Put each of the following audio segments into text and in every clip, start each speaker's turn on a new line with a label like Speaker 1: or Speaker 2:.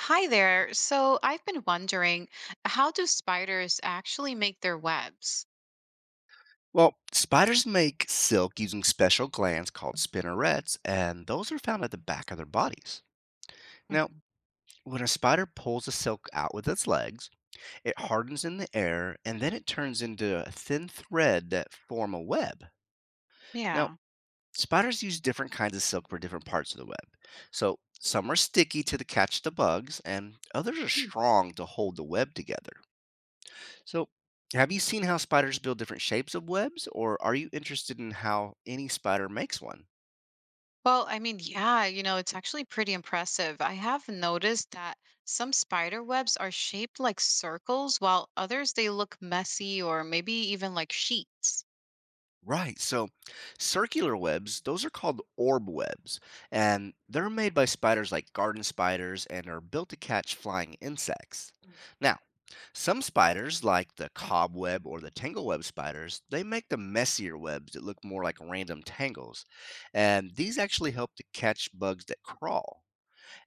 Speaker 1: Hi there. So I've been wondering, how do spiders actually make their webs?
Speaker 2: Well, spiders make silk using special glands called spinnerets, and those are found at the back of their bodies. Now,
Speaker 1: Mhm.
Speaker 2: when a spider pulls the silk out with its legs, it hardens in the air and then it turns into a thin thread that form a web. Now,
Speaker 1: Yeah.
Speaker 2: spiders use different kinds of silk for different parts of the web. So, some are sticky to the catch the bugs and others are
Speaker 1: Hmm.
Speaker 2: strong to hold the web together. So, have you seen how spiders build different shapes of webs or are you interested in how any spider makes one?
Speaker 1: Well, it's actually pretty impressive. I have noticed that some spider webs are shaped like circles, while others they look messy or maybe even like sheets.
Speaker 2: Right. So circular webs, those are called orb webs, and they're made by spiders like garden spiders and are built to catch flying insects. Now, some spiders, like the cobweb or the tangleweb spiders, they make the messier webs that look more like random tangles, and these actually help to catch bugs that crawl.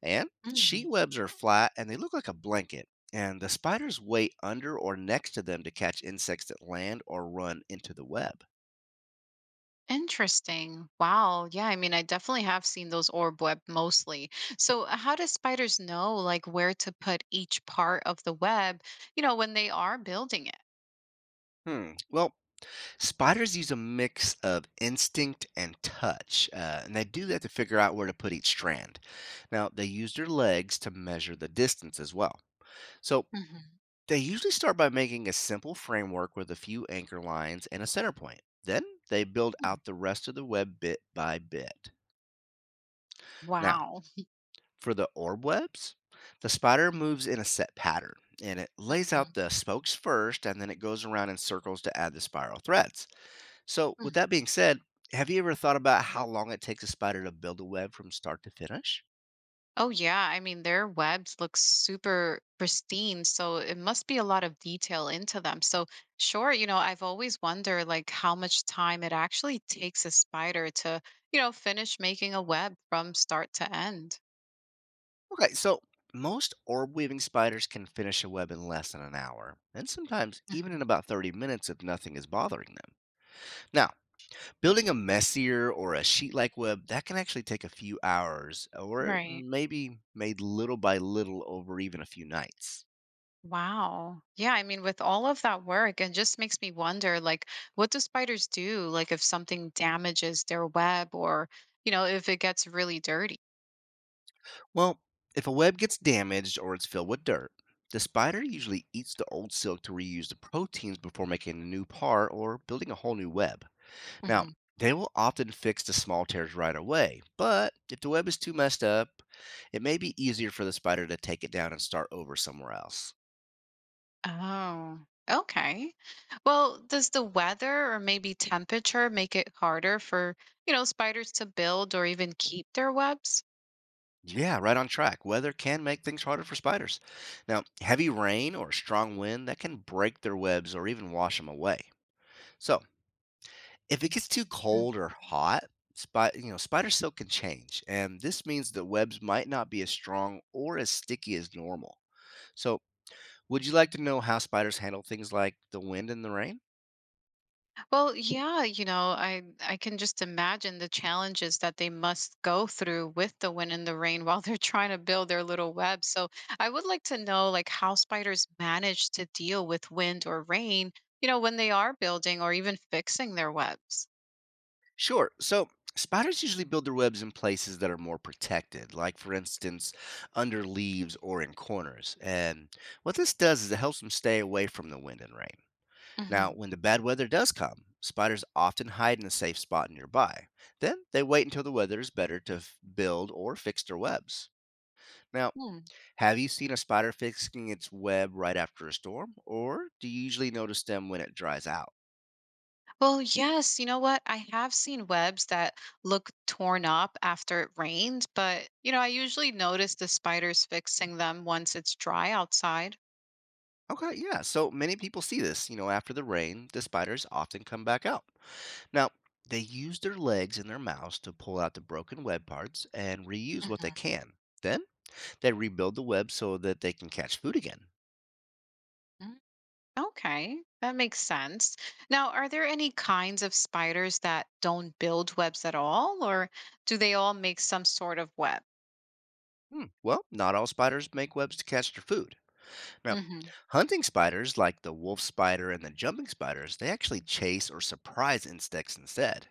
Speaker 2: And
Speaker 1: Mm.
Speaker 2: sheet webs are flat and they look like a blanket, and the spiders wait under or next to them to catch insects that land or run into the web.
Speaker 1: Interesting. Wow. Yeah, I mean, I definitely have seen those orb web mostly. So, how do spiders know like where to put each part of the web when they are building it?
Speaker 2: Hmm. Well, spiders use a mix of instinct and touch, and they do that to figure out where to put each strand. Now, they use their legs to measure the distance as well. So,
Speaker 1: Hmm.
Speaker 2: they usually start by making a simple framework with a few anchor lines and a center point. Then, they build out the rest of the web bit by bit. Now,
Speaker 1: Wow.
Speaker 2: for the orb webs, the spider moves in a set pattern and it lays out
Speaker 1: Mhm.
Speaker 2: the spokes first, and then it goes around in circles to add the spiral threads. So, with
Speaker 1: Mm.
Speaker 2: that being said, have you ever thought about how long it takes a spider to build a web from start to finish?
Speaker 1: Oh, yeah. I mean, their webs look super pristine, so it must be a lot of detail into them. So, sure, I've always wondered like how much time it actually takes a spider to finish making a web from start to end.
Speaker 2: Okay, so most orb weaving spiders can finish a web in less than an hour, and sometimes even in
Speaker 1: Mhm.
Speaker 2: about 30 minutes if nothing is bothering them. Now, building a messier or a sheet like web, that can actually take a few hours, or
Speaker 1: Right.
Speaker 2: maybe made little by little over even a few nights.
Speaker 1: Wow. Yeah, I mean, with all of that work, it just makes me wonder, like, what do spiders do? Like, if something damages their web or if it gets really dirty?
Speaker 2: Well, if a web gets damaged or it's filled with dirt, the spider usually eats the old silk to reuse the proteins before making a new part or building a whole new web. Now,
Speaker 1: Mhm.
Speaker 2: they will often fix the small tears right away, but if the web is too messed up, it may be easier for the spider to take it down and start over somewhere else.
Speaker 1: Oh, okay. Well, does the weather or maybe temperature make it harder for spiders to build or even keep their webs?
Speaker 2: Yeah, right on track. Weather can make things harder for spiders. Now, heavy rain or strong wind that can break their webs or even wash them away. So, if it gets too cold or hot, spot you know, spider silk can change, and this means that webs might not be as strong or as sticky as normal. So, would you like to know how spiders handle things like the wind and the rain?
Speaker 1: Well, yeah, I can just imagine the challenges that they must go through with the wind and the rain while they're trying to build their little web. So, I would like to know like how spiders manage to deal with wind or rain, when they are building or even fixing their webs.
Speaker 2: Sure. So, spiders usually build their webs in places that are more protected, like for instance, under leaves or in corners. And what this does is it helps them stay away from the wind and rain. Now,
Speaker 1: Hmm.
Speaker 2: when the bad weather does come, spiders often hide in a safe spot nearby. Then they wait until the weather is better to build or fix their webs. Now,
Speaker 1: Hmm.
Speaker 2: have you seen a spider fixing its web right after a storm, or do you usually notice them when it dries out?
Speaker 1: Well, yes, you know what? I have seen webs that look torn up after it rained, but I usually notice the spiders fixing them once it's dry outside.
Speaker 2: Okay, yeah, so many people see this. You know, after the rain, the spiders often come back out. Now, they use their legs and their mouths to pull out the broken web parts and reuse what they
Speaker 1: Mhm.
Speaker 2: can. Then they rebuild the web so that they can catch food again.
Speaker 1: Okay, that makes sense. Now, are there any kinds of spiders that don't build webs at all, or do they all make some sort of web?
Speaker 2: Hmm. Well, not all spiders make webs to catch their food. Now,
Speaker 1: Hmm.
Speaker 2: hunting spiders like the wolf spider and the jumping spiders, they actually chase or surprise insects instead.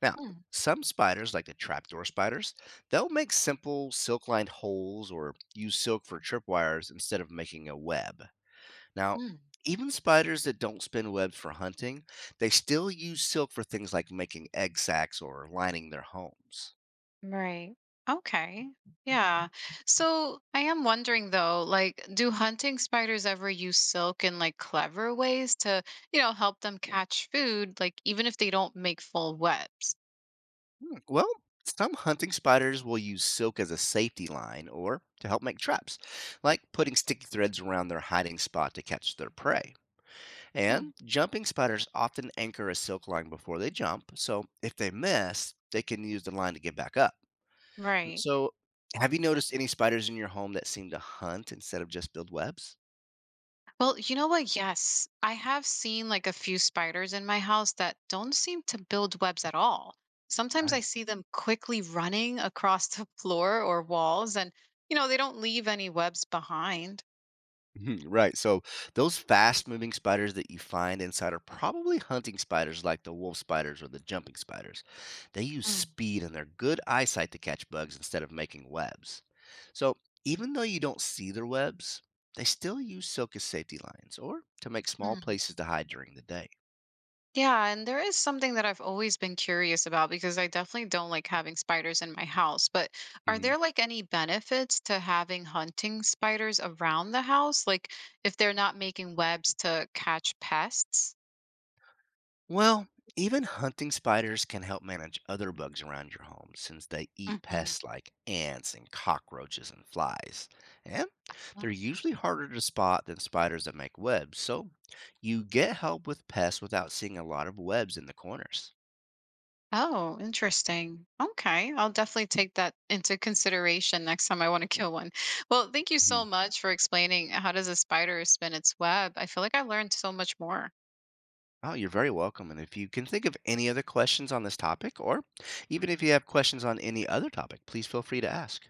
Speaker 2: Now, some spiders like the trapdoor spiders, they'll make simple silk-lined holes or use silk for tripwires instead of making a web. Now,
Speaker 1: Mm-hmm.
Speaker 2: even spiders that don't spin webs for hunting, they still use silk for things like making egg sacs or lining their homes.
Speaker 1: Right. Okay. Yeah. So I am wondering though, like, do hunting spiders ever use silk in like clever ways to help them catch food, like even if they don't make full webs?
Speaker 2: Well, some hunting spiders will use silk as a safety line or to help make traps, like putting sticky threads around their hiding spot to catch their prey.
Speaker 1: Hmm.
Speaker 2: And jumping spiders often anchor a silk line before they jump, so if they miss, they can use the line to get back up. Mm,
Speaker 1: Right.
Speaker 2: so, have you noticed any spiders in your home that seem to hunt instead of just build webs?
Speaker 1: Well, you know what? Yes, I have seen like a few spiders in my house that don't seem to build webs at all. Sometimes I
Speaker 2: Right.
Speaker 1: see them quickly running across the floor or walls, and they don't leave any webs behind.
Speaker 2: Mhm, right. So those fast moving spiders that you find inside are probably hunting spiders like the wolf spiders or the jumping spiders. They use speed and their good eyesight to catch bugs instead of making webs. So even though you don't see their webs, they still use silk as safety lines or to make small
Speaker 1: Mhm.
Speaker 2: places to hide during the day.
Speaker 1: Yeah, and there is something that I've always been curious about because I definitely don't like having spiders in my house. But are there like any benefits to having hunting spiders around the house? Like if they're not making webs to catch pests?
Speaker 2: Well, even hunting spiders can help manage other bugs around your home since they eat
Speaker 1: Hmm.
Speaker 2: pests like ants and cockroaches and flies. And they're usually harder to spot than spiders that make webs, so you get help with pests without seeing a lot of webs in the corners.
Speaker 1: Oh, interesting. Okay. I'll definitely take that into consideration next time I want to kill one. Well, thank you so
Speaker 2: Mhm.
Speaker 1: much for explaining how does a spider spin its web. I feel like I learned so much more.
Speaker 2: Oh, you're very welcome. And if you can think of any other questions on this topic, or even if you have questions on any other topic, please feel free to ask.